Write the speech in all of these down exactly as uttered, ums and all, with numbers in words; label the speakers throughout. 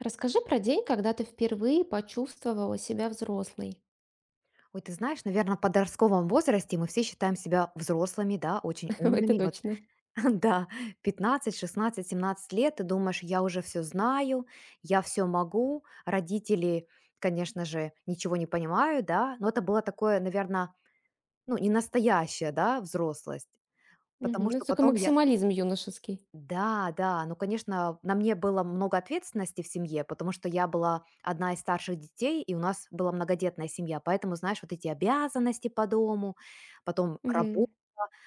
Speaker 1: Расскажи про день, когда ты впервые почувствовала себя взрослой.
Speaker 2: Ой, ты знаешь, наверное, в подростковом возрасте мы все считаем себя взрослыми, да, очень
Speaker 1: Это
Speaker 2: умными. Вот,
Speaker 1: точно.
Speaker 2: да, пятнадцать, шестнадцать, семнадцать лет, ты думаешь, я уже все знаю, я все могу. Родители, конечно же, ничего не понимают, да, но это было такое, наверное, ну, не настоящая, да, взрослость.
Speaker 1: Мгм.
Speaker 2: Потому
Speaker 1: Ну,
Speaker 2: что
Speaker 1: это такой
Speaker 2: потом я
Speaker 1: максимализм юношеский.
Speaker 2: да, да, ну, конечно, на мне было много ответственности в семье, потому что я была одна из старших детей, и у нас была многодетная семья, поэтому, знаешь, вот эти обязанности по дому, потом
Speaker 1: Мгм.
Speaker 2: работа,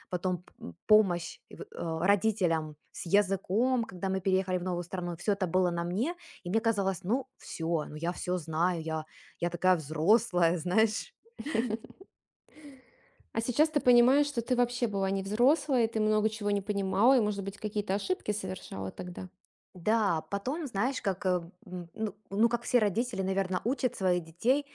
Speaker 2: потом п- м, помощь э, родителям с языком, когда мы переехали в новую страну, все это было на мне, и мне казалось, ну, все, ну, я все знаю, я, я такая взрослая, знаешь.
Speaker 1: А сейчас ты понимаешь, что ты вообще была не взрослая, ты много чего не понимала, и, может быть, какие-то ошибки совершала тогда.
Speaker 2: Да, потом, знаешь, как, э, м, ну, ну, как все родители, наверное, учат своих детей,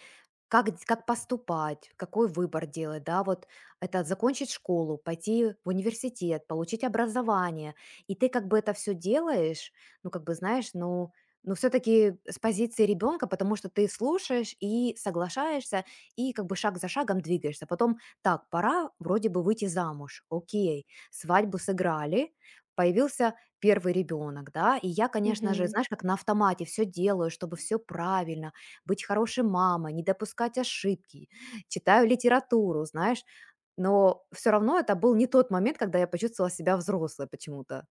Speaker 2: Как дь как поступать, какой выбор делать, да, вот это закончить школу, пойти в университет, получить образование. И ты как бы это все делаешь, ну, как бы, знаешь, ну ну, все таки с позиции ребенка, потому что ты слушаешь и соглашаешься, и как бы шаг за шагом двигаешься. Потом: так, пора вроде бы выйти замуж. Окей, свадьбу сыграли, появился первый ребенок, да. И я, конечно же, знаешь, как на автомате все делаю, чтобы все правильно, быть хорошей мамой, не допускать ошибки, читаю литературу, знаешь. Но все равно это был не тот момент, когда я почувствовала себя взрослой почему-то.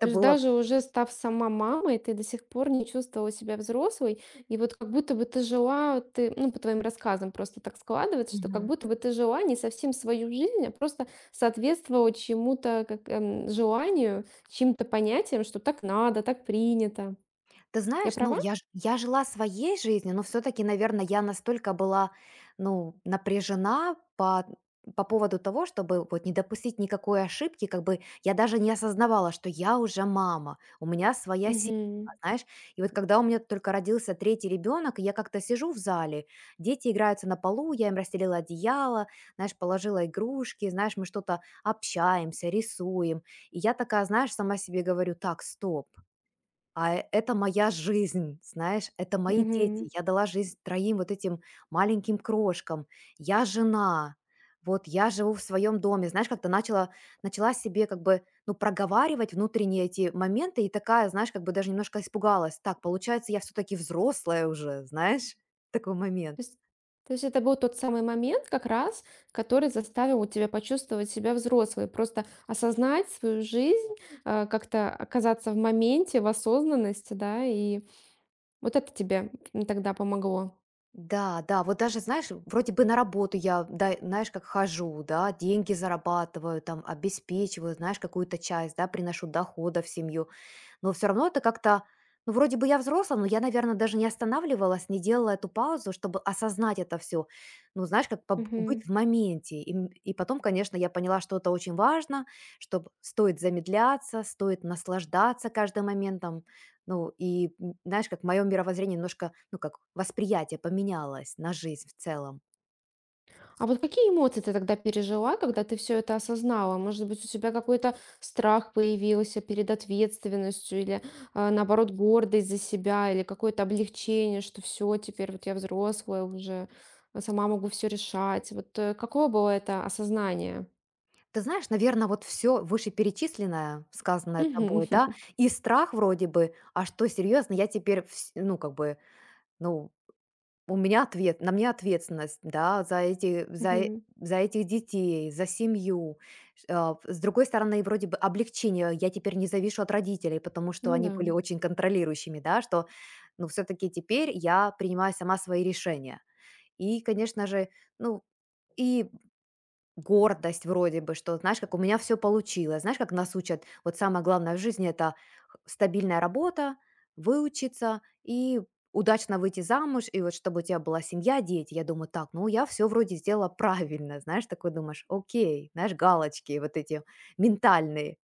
Speaker 1: То есть
Speaker 2: было.
Speaker 1: даже уже став сама мамой, ты до сих пор не чувствовала себя взрослой, и вот как будто бы ты жила, ты, ну, по твоим рассказам просто так складывается, что как
Speaker 2: Мгм.
Speaker 1: будто бы ты жила не совсем свою жизнь, а просто соответствовала чему-то, как эм, желанию, чьим-то понятиям, что так надо, так принято.
Speaker 2: Ты
Speaker 1: Я
Speaker 2: знаешь, ну,
Speaker 1: права?
Speaker 2: я ж я жила своей жизнью, но все таки, наверное, я настолько была, ну, напряжена по по поводу того, чтобы вот не допустить никакой ошибки. Как бы я даже не осознавала, что я уже мама, у меня своя семья,
Speaker 1: Мгм.
Speaker 2: знаешь. И вот когда у меня только родился третий ребенок, я как-то сижу в зале, дети играются на полу, я им расстелила одеяло, знаешь, положила игрушки, знаешь, мы что-то общаемся, рисуем. И я такая, знаешь, сама себе говорю: "Так, стоп". А, э- это моя жизнь, знаешь, это мои дети. Я дала жизнь трём вот этим маленьким крошкам. Я жена, вот я живу в своем доме. Знаешь, как-то начала начала себе как бы, ну, проговаривать внутренние эти моменты и такая, знаешь, как бы даже немножко испугалась. Так, получается, я все-таки взрослая уже, знаешь, такой момент.
Speaker 1: То есть то есть это был тот самый момент как раз, который заставил вот тебя почувствовать себя взрослой, просто осознать свою жизнь, а, как-то оказаться в моменте, в осознанности, да, и вот это тебе, тогда помогло.
Speaker 2: Да, да, вот даже, знаешь, вроде бы на работу я, да, знаешь, как хожу, да, деньги зарабатываю, там, обеспечиваю, знаешь, какую-то часть, да, приношу дохода в семью. Но все равно это как-то, ну, вроде бы я взрослая, но я, наверное, даже не останавливалась, не делала эту паузу, чтобы осознать это все. Ну, знаешь, как поб быть в моменте. И м и потом, конечно, я поняла, что это очень важно, что стоит замедляться, стоит наслаждаться каждым моментом. Ну, и, м, знаешь, как моё мировоззрение немножко, ну, как восприятие поменялось на жизнь в целом.
Speaker 1: А вот какие эмоции ты тогда пережила, когда ты все это осознала? Может быть, у тебя какой-то страх появился перед ответственностью или, а, наоборот, гордость за себя или какое-то облегчение, что все, теперь вот я взрослая уже, а сама могу все решать. Вот э, какое было это осознание?
Speaker 2: Ты знаешь, наверное, вот всё вышеперечисленное, сказанное
Speaker 1: Мгм.
Speaker 2: тобой, да, и страх вроде бы, а что, серьезно, я теперь вс ну, как бы. Ну, у меня ответ на мне ответственность, да, за эти за э
Speaker 1: Мгм.
Speaker 2: за этих детей, за семью. Ш А, с другой стороны, вроде бы облегчение. Я теперь не завишу от родителей, потому что
Speaker 1: Ну
Speaker 2: они
Speaker 1: да.
Speaker 2: были очень контролирующими, да, что, ну, все таки теперь я принимаю сама свои решения. И, конечно же, ну, и гордость вроде бы, что, знаешь, как у меня все получилось. Знаешь, как нас учат, вот самое главное в жизни — это х стабильная работа, выучиться и удачно выйти замуж, и вот чтобы у тебя была семья, дети. Я думаю: "Так, ну я все вроде сделала правильно". Знаешь, такой думаешь: "Окей". Знаешь, галочки вот эти ментальные.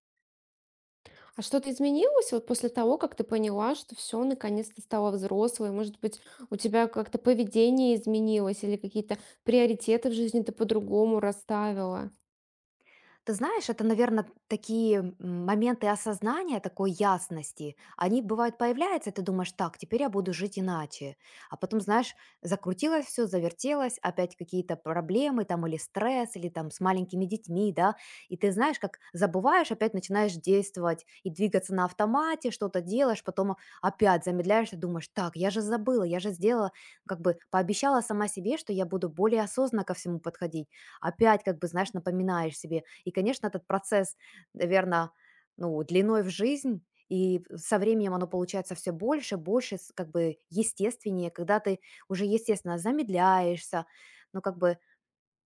Speaker 1: А что-то изменилось вот после того, как ты поняла, что все наконец ты стала взрослой? Может быть, у тебя как-то поведение изменилось или какие-то приоритеты в жизни ты по-другому расставила?
Speaker 2: Ты знаешь, это, наверное, такие м, моменты осознания, такой ясности, они бывают появляются, и ты думаешь: так, теперь я буду жить иначе. А потом, знаешь, закрутилось все, завертелось, опять какие-то проблемы там, или стресс, или там с маленькими детьми, да, и ты знаешь, как забываешь, опять начинаешь действовать и двигаться на автомате, что-то делаешь, потом опять замедляешься, думаешь: так, я же забыла, я же сделала, как бы пообещала сама себе, что я буду более осознанно ко всему подходить. Опять, как бы, знаешь, напоминаешь себе. И, конечно, этот процесс, наверно, ну, длиной в жизнь, и со временем оно получается все больше, больше, с как бы естественнее, когда ты уже, естественно, замедляешься, ну, как бы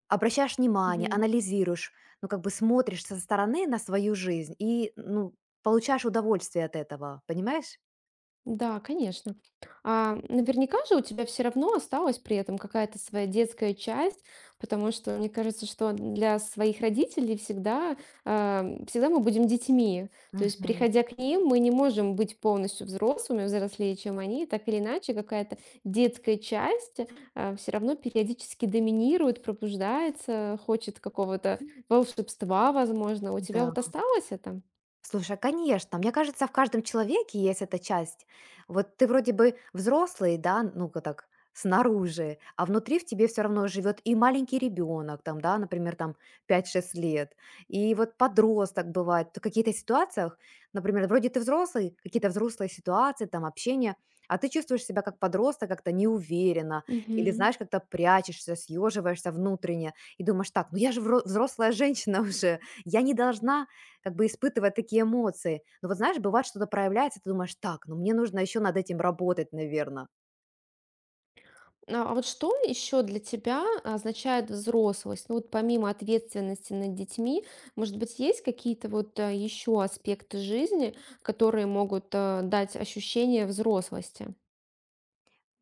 Speaker 2: обращаешь внимание, анализируешь, ну, как бы смотришь со стороны на свою жизнь и, ну, получаешь удовольствие от этого, понимаешь?
Speaker 1: Да, конечно. А наверняка же у тебя все равно осталась при этом какая-то своя детская часть, потому что мне кажется, что для своих родителей всегда, э, всегда мы будем детьми. То есть,
Speaker 2: Мгм.
Speaker 1: приходя к ним, мы не можем быть полностью взрослыми, взрослее, чем они. Так или иначе, какая-то детская часть, все равно периодически доминирует, пробуждается, хочет какого-то волшебства, возможно. У тебя
Speaker 2: Да.
Speaker 1: вот осталось это?
Speaker 2: Слушай, а, конечно, мне кажется, в каждом человеке есть эта часть. Вот ты вроде бы взрослый, да, ну-ка так, снаружи, а внутри в тебе все равно живет и маленький ребенок, там, да, например, там пять-шесть лет, и вот подросток бывает, то в каких-то ситуациях, например: вроде ты взрослый, какие-то взрослые ситуации, там, общение, а ты чувствуешь себя как подросток как-то неуверенно, или,
Speaker 1: Мгм.
Speaker 2: знаешь, как-то прячешься, съеживаешься внутренне и думаешь: так, ну я же вро- взрослая женщина уже, я не должна как бы испытывая такие эмоции. Но вот знаешь, бывает, что-то проявляется, ты думаешь: так, ну мне нужно еще над этим работать, наверное.
Speaker 1: А а вот что еще для тебя означает взрослость? Ну вот помимо ответственности над детьми, может быть, есть какие-то вот еще аспекты жизни, которые могут э, дать ощущение взрослости?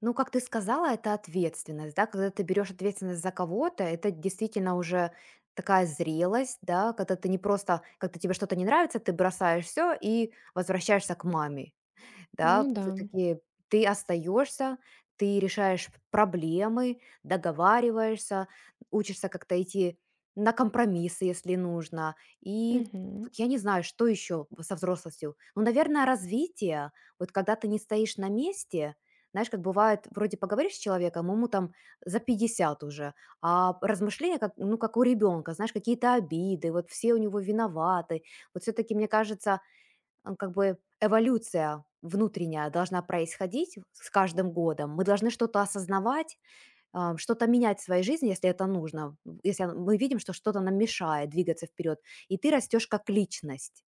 Speaker 2: Ну, как ты сказала, это ответственность, да, когда ты берешь ответственность за кого-то, это действительно уже такая зрелость, да, когда ты не просто, когда тебе что-то не нравится, ты бросаешь все и возвращаешься к маме. Да,
Speaker 1: Ну да.
Speaker 2: все таки ты остаешься, ты решаешь проблемы, договариваешься, учишься как-то идти на компромиссы, если нужно. И
Speaker 1: Мгм.
Speaker 2: вот я не знаю, что еще со взрослостью. Ну, наверное, развитие. Вот когда ты не стоишь на месте, знаешь, как бывает: вроде поговоришь с человеком, ему там за пятьдесят уже, а размышления, как, ну, как у ребенка, знаешь, какие-то обиды, вот все у него виноваты. Вот все-таки, мне кажется, а, как бы эволюция внутренняя должна происходить с каждым годом. Мы должны что-то осознавать, а, что-то менять в своей жизни, если это нужно. Если мы видим, что что-то нам мешает двигаться вперед, и ты растешь как личность.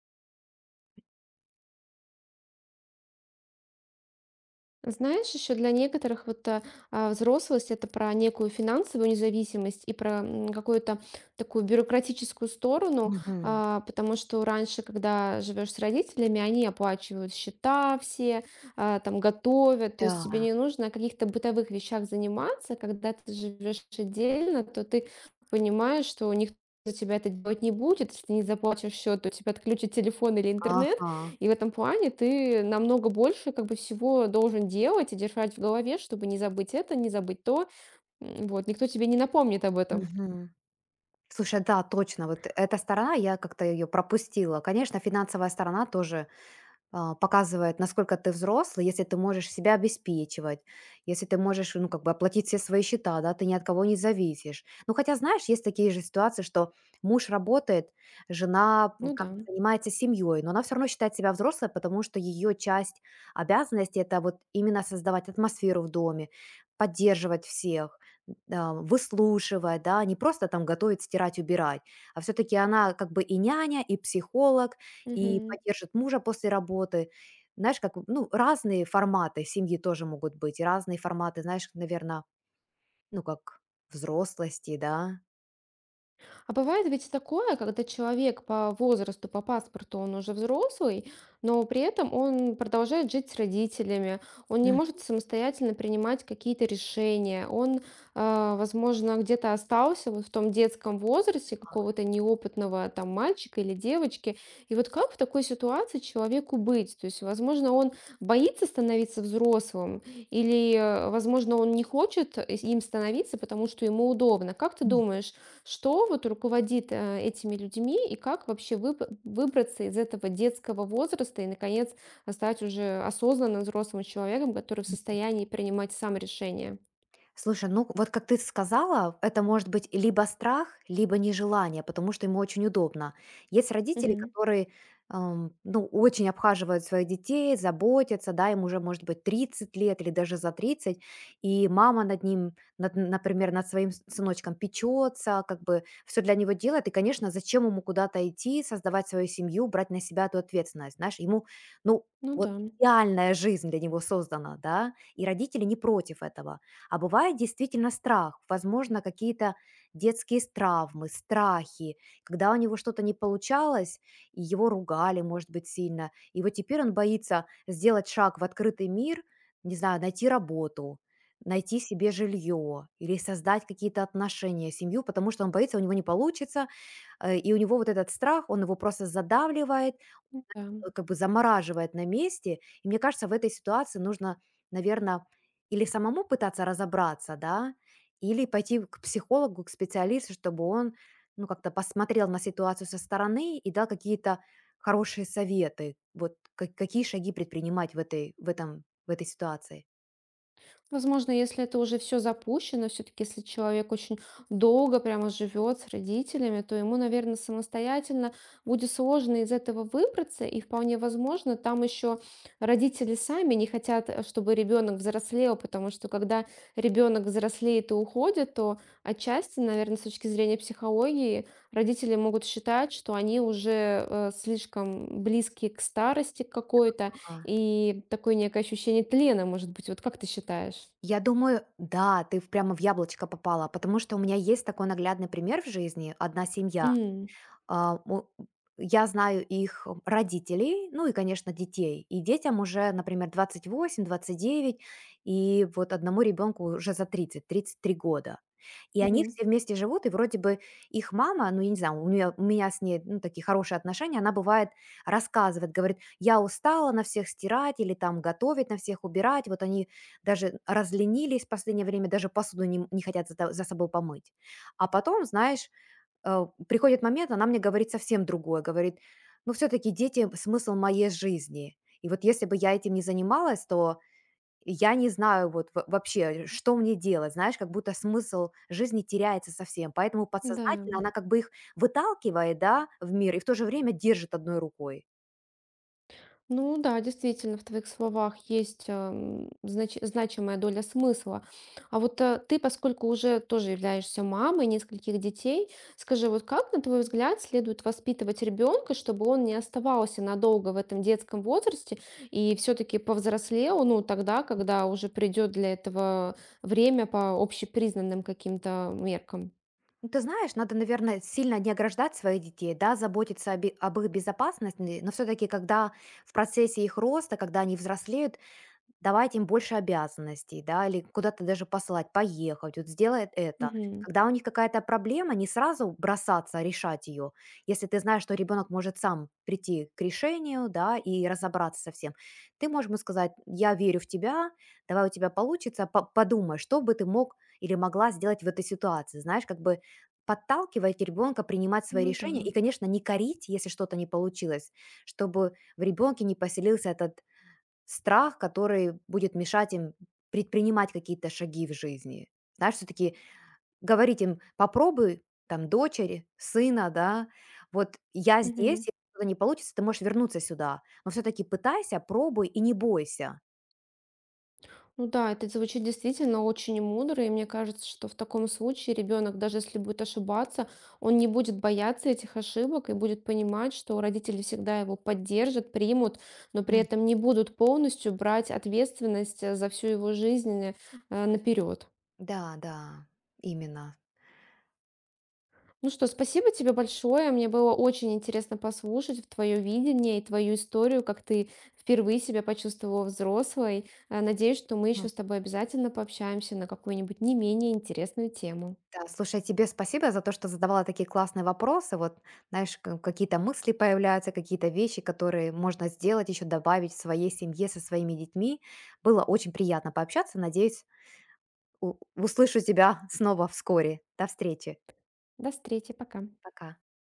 Speaker 1: Знаешь, еще для некоторых вот а, а, взрослость — это про некую финансовую независимость и про м, какую-то такую бюрократическую сторону,
Speaker 2: Мгм.
Speaker 1: а, потому что раньше, когда живешь с родителями, они оплачивают счета все, а, там готовят, то есть тебе
Speaker 2: Да,
Speaker 1: не нужно о каких-то бытовых вещах заниматься. Когда ты живешь отдельно, то ты понимаешь, что у них за тебя это делать не будет, если ты не заплатишь счет, то тебя отключат телефон или интернет,
Speaker 2: ага.
Speaker 1: и в этом плане ты намного больше как бы всего должен делать и держать в голове, чтобы не забыть это, не забыть то. М, вот, никто тебе не напомнит об этом.
Speaker 2: Мгм. Слушай, да, точно. Вот эта сторона, я как-то ее пропустила. Конечно, финансовая сторона тоже а, показывает, насколько ты взрослый, если ты можешь себя обеспечивать, если ты можешь, ну, как бы оплатить все свои счета, да, ты ни от кого не зависишь. Ну, хотя, знаешь, есть такие же ситуации, что муж работает, жена м,
Speaker 1: Ну
Speaker 2: как
Speaker 1: да.
Speaker 2: бы занимается семьей, но она все равно считает себя взрослой, потому что ее часть обязанности — это вот именно создавать атмосферу в доме, поддерживать всех, да, выслушивать, да, не просто там готовить, стирать, убирать, а все-таки она как бы и няня, и психолог, и поддержит мужа после работы. Знаешь, как, ну, разные форматы семьи тоже могут быть, и разные форматы, знаешь, наверное, ну, как взрослости, да.
Speaker 1: А бывает ведь такое, когда человек по возрасту, по паспорту, он уже взрослый, но при этом он продолжает жить с родителями, он не может самостоятельно принимать какие-то решения, он, а, возможно, где-то остался вот в том детском возрасте какого-то неопытного там мальчика или девочки. И вот как в такой ситуации человеку быть? То есть, возможно, он боится становиться взрослым, или, э, возможно, он не хочет э, им становиться, потому что ему удобно. Как ты
Speaker 2: Мгм.
Speaker 1: думаешь, что вот руководит, э, этими людьми и как вообще выб выбраться из этого детского возраста и, наконец, а, стать уже осознанным взрослым человеком, который в состоянии принимать сам решения?
Speaker 2: Слушай, ну вот как ты сказала, это может быть либо страх, либо нежелание, потому что ему очень удобно. Есть родители,
Speaker 1: Мгм.
Speaker 2: которые ам, ну, очень обхаживают своих детей, заботятся, да, им уже может быть тридцать лет или даже за тридцать, и мама над ним, над- например, над своим с- сыночком печется, как бы все для него делает, и, конечно, зачем ему куда-то идти, создавать свою семью, брать на себя эту ответственность, знаешь, ему, ну,
Speaker 1: Ну
Speaker 2: вот
Speaker 1: да,
Speaker 2: идеальная жизнь для него создана, да, и родители не против этого. А бывает действительно страх, возможно, какие-то детские травмы, страхи, когда у него что-то не получалось, и его ругали, может быть, сильно. И вот теперь он боится сделать шаг в открытый мир, не знаю, найти работу, найти себе жилье или создать какие-то отношения, семью, потому что он боится, у него не получится, э, и у него вот этот страх, он его просто задавливает,
Speaker 1: да.
Speaker 2: э, как бы замораживает на месте. И мне кажется, в этой ситуации нужно, наверное, или самому пытаться разобраться, да, или пойти к психологу, к специалисту, чтобы он, ну, как-то посмотрел на ситуацию со стороны и дал какие-то хорошие советы, вот ка- какие шаги предпринимать в этой, в этом, в этой ситуации.
Speaker 1: Возможно, если это уже все запущено, все-таки если человек очень долго прямо живет с родителями, то ему, наверное, самостоятельно будет сложно из этого выбраться, и вполне возможно, там еще родители сами не хотят, э, чтобы ребенок взрослел, потому что когда ребенок взрослеет и уходит, то отчасти, наверное, с точки зрения психологии, родители могут считать, что они уже э, слишком близкие к старости какой-то,
Speaker 2: А,
Speaker 1: и такое некое ощущение тлена, может быть. Вот как ты считаешь?
Speaker 2: я думаю, да, ты в- прямо в яблочко попала, потому что у меня есть такой наглядный пример в жизни, одна семья.
Speaker 1: М,
Speaker 2: А, мо Я знаю их родителей, ну и, конечно, детей. И детям уже, например, двадцать восемь, двадцать девять, и вот одному ребенку уже за тридцать, тридцать три года. И они
Speaker 1: Мгм.
Speaker 2: все вместе живут, и вроде бы их мама, ну, я не знаю, у неё у меня с ней, ну, такие хорошие отношения, она бывает рассказывает, говорит: "Я устала на всех стирать или там готовить, на всех убирать". Вот они даже разленились в последнее время, даже посуду не м не хотят за то за собой помыть. А потом, знаешь, э, приходит момент, она мне говорит совсем другое, говорит, ну все-таки дети — смысл моей жизни. И вот если бы я этим не занималась, то я не знаю вот во- вообще, что мне делать, знаешь, как будто смысл жизни теряется совсем. Поэтому
Speaker 1: Да.
Speaker 2: подсознательно она как бы их выталкивает, да, в мир и в то же время держит одной рукой.
Speaker 1: Ну да, действительно, в твоих словах есть ам, знач- значимая доля смысла. А вот э, ты, поскольку уже тоже являешься мамой нескольких детей, скажи, вот как, на твой взгляд, следует воспитывать ребенка, чтобы он не оставался надолго в этом детском возрасте и все-таки повзрослел, ну, тогда, когда уже придет для этого время по общепризнанным каким-то меркам?
Speaker 2: Ну, ты знаешь, надо, наверное, сильно не ограждать своих детей, да, заботиться обе- об их безопасности, но все-таки, когда в процессе их роста, когда они взрослеют, давать им больше обязанностей, да, или куда-то даже послать, поехать, вот сделай это. Когда у них какая-то проблема, не сразу бросаться решать ее. Если ты знаешь, что ребенок может сам прийти к решению, да, и разобраться со всем, ты можешь ему сказать: я верю в тебя, давай, у тебя получится, по- подумай, что бы ты мог или могла сделать в этой ситуации. Знаешь, как бы подталкивать ребенка принимать свои
Speaker 1: Ну да.
Speaker 2: решения и, конечно, не корить, если что-то не получилось, чтобы в ребенке не поселился этот страх, который будет мешать им предпринимать какие-то шаги в жизни. Знаешь, все таки говорить им: "Попробуй", там, дочери, сына, да, вот: "Я здесь,
Speaker 1: Мгм.
Speaker 2: если что-то не получится, ты можешь вернуться сюда, но все таки пытайся, пробуй и не бойся".
Speaker 1: Ну да, это звучит действительно очень мудро, и мне кажется, что в таком случае ребенок, даже если будет ошибаться, он не будет бояться этих ошибок и будет понимать, что родители всегда его поддержат, примут, но при
Speaker 2: М.
Speaker 1: этом не будут полностью брать ответственность э, за всю его жизнь э, наперед.
Speaker 2: Да, да, именно.
Speaker 1: Ну что, спасибо тебе большое. Мне было очень интересно послушать твое видение и твою историю, как ты впервые себя почувствовала взрослой. Э, Надеюсь, что мы еще с тобой обязательно пообщаемся на какую-нибудь не менее интересную тему.
Speaker 2: Да, слушай, тебе спасибо за то, что задавала такие классные вопросы. Вот, знаешь, ка- какие-то мысли появляются, какие-то вещи, которые можно сделать, еще добавить в своей семье со своими детьми. Было очень приятно пообщаться. Надеюсь, у- услышу тебя снова вскоре. До встречи.
Speaker 1: До встречи, пока.
Speaker 2: Пока.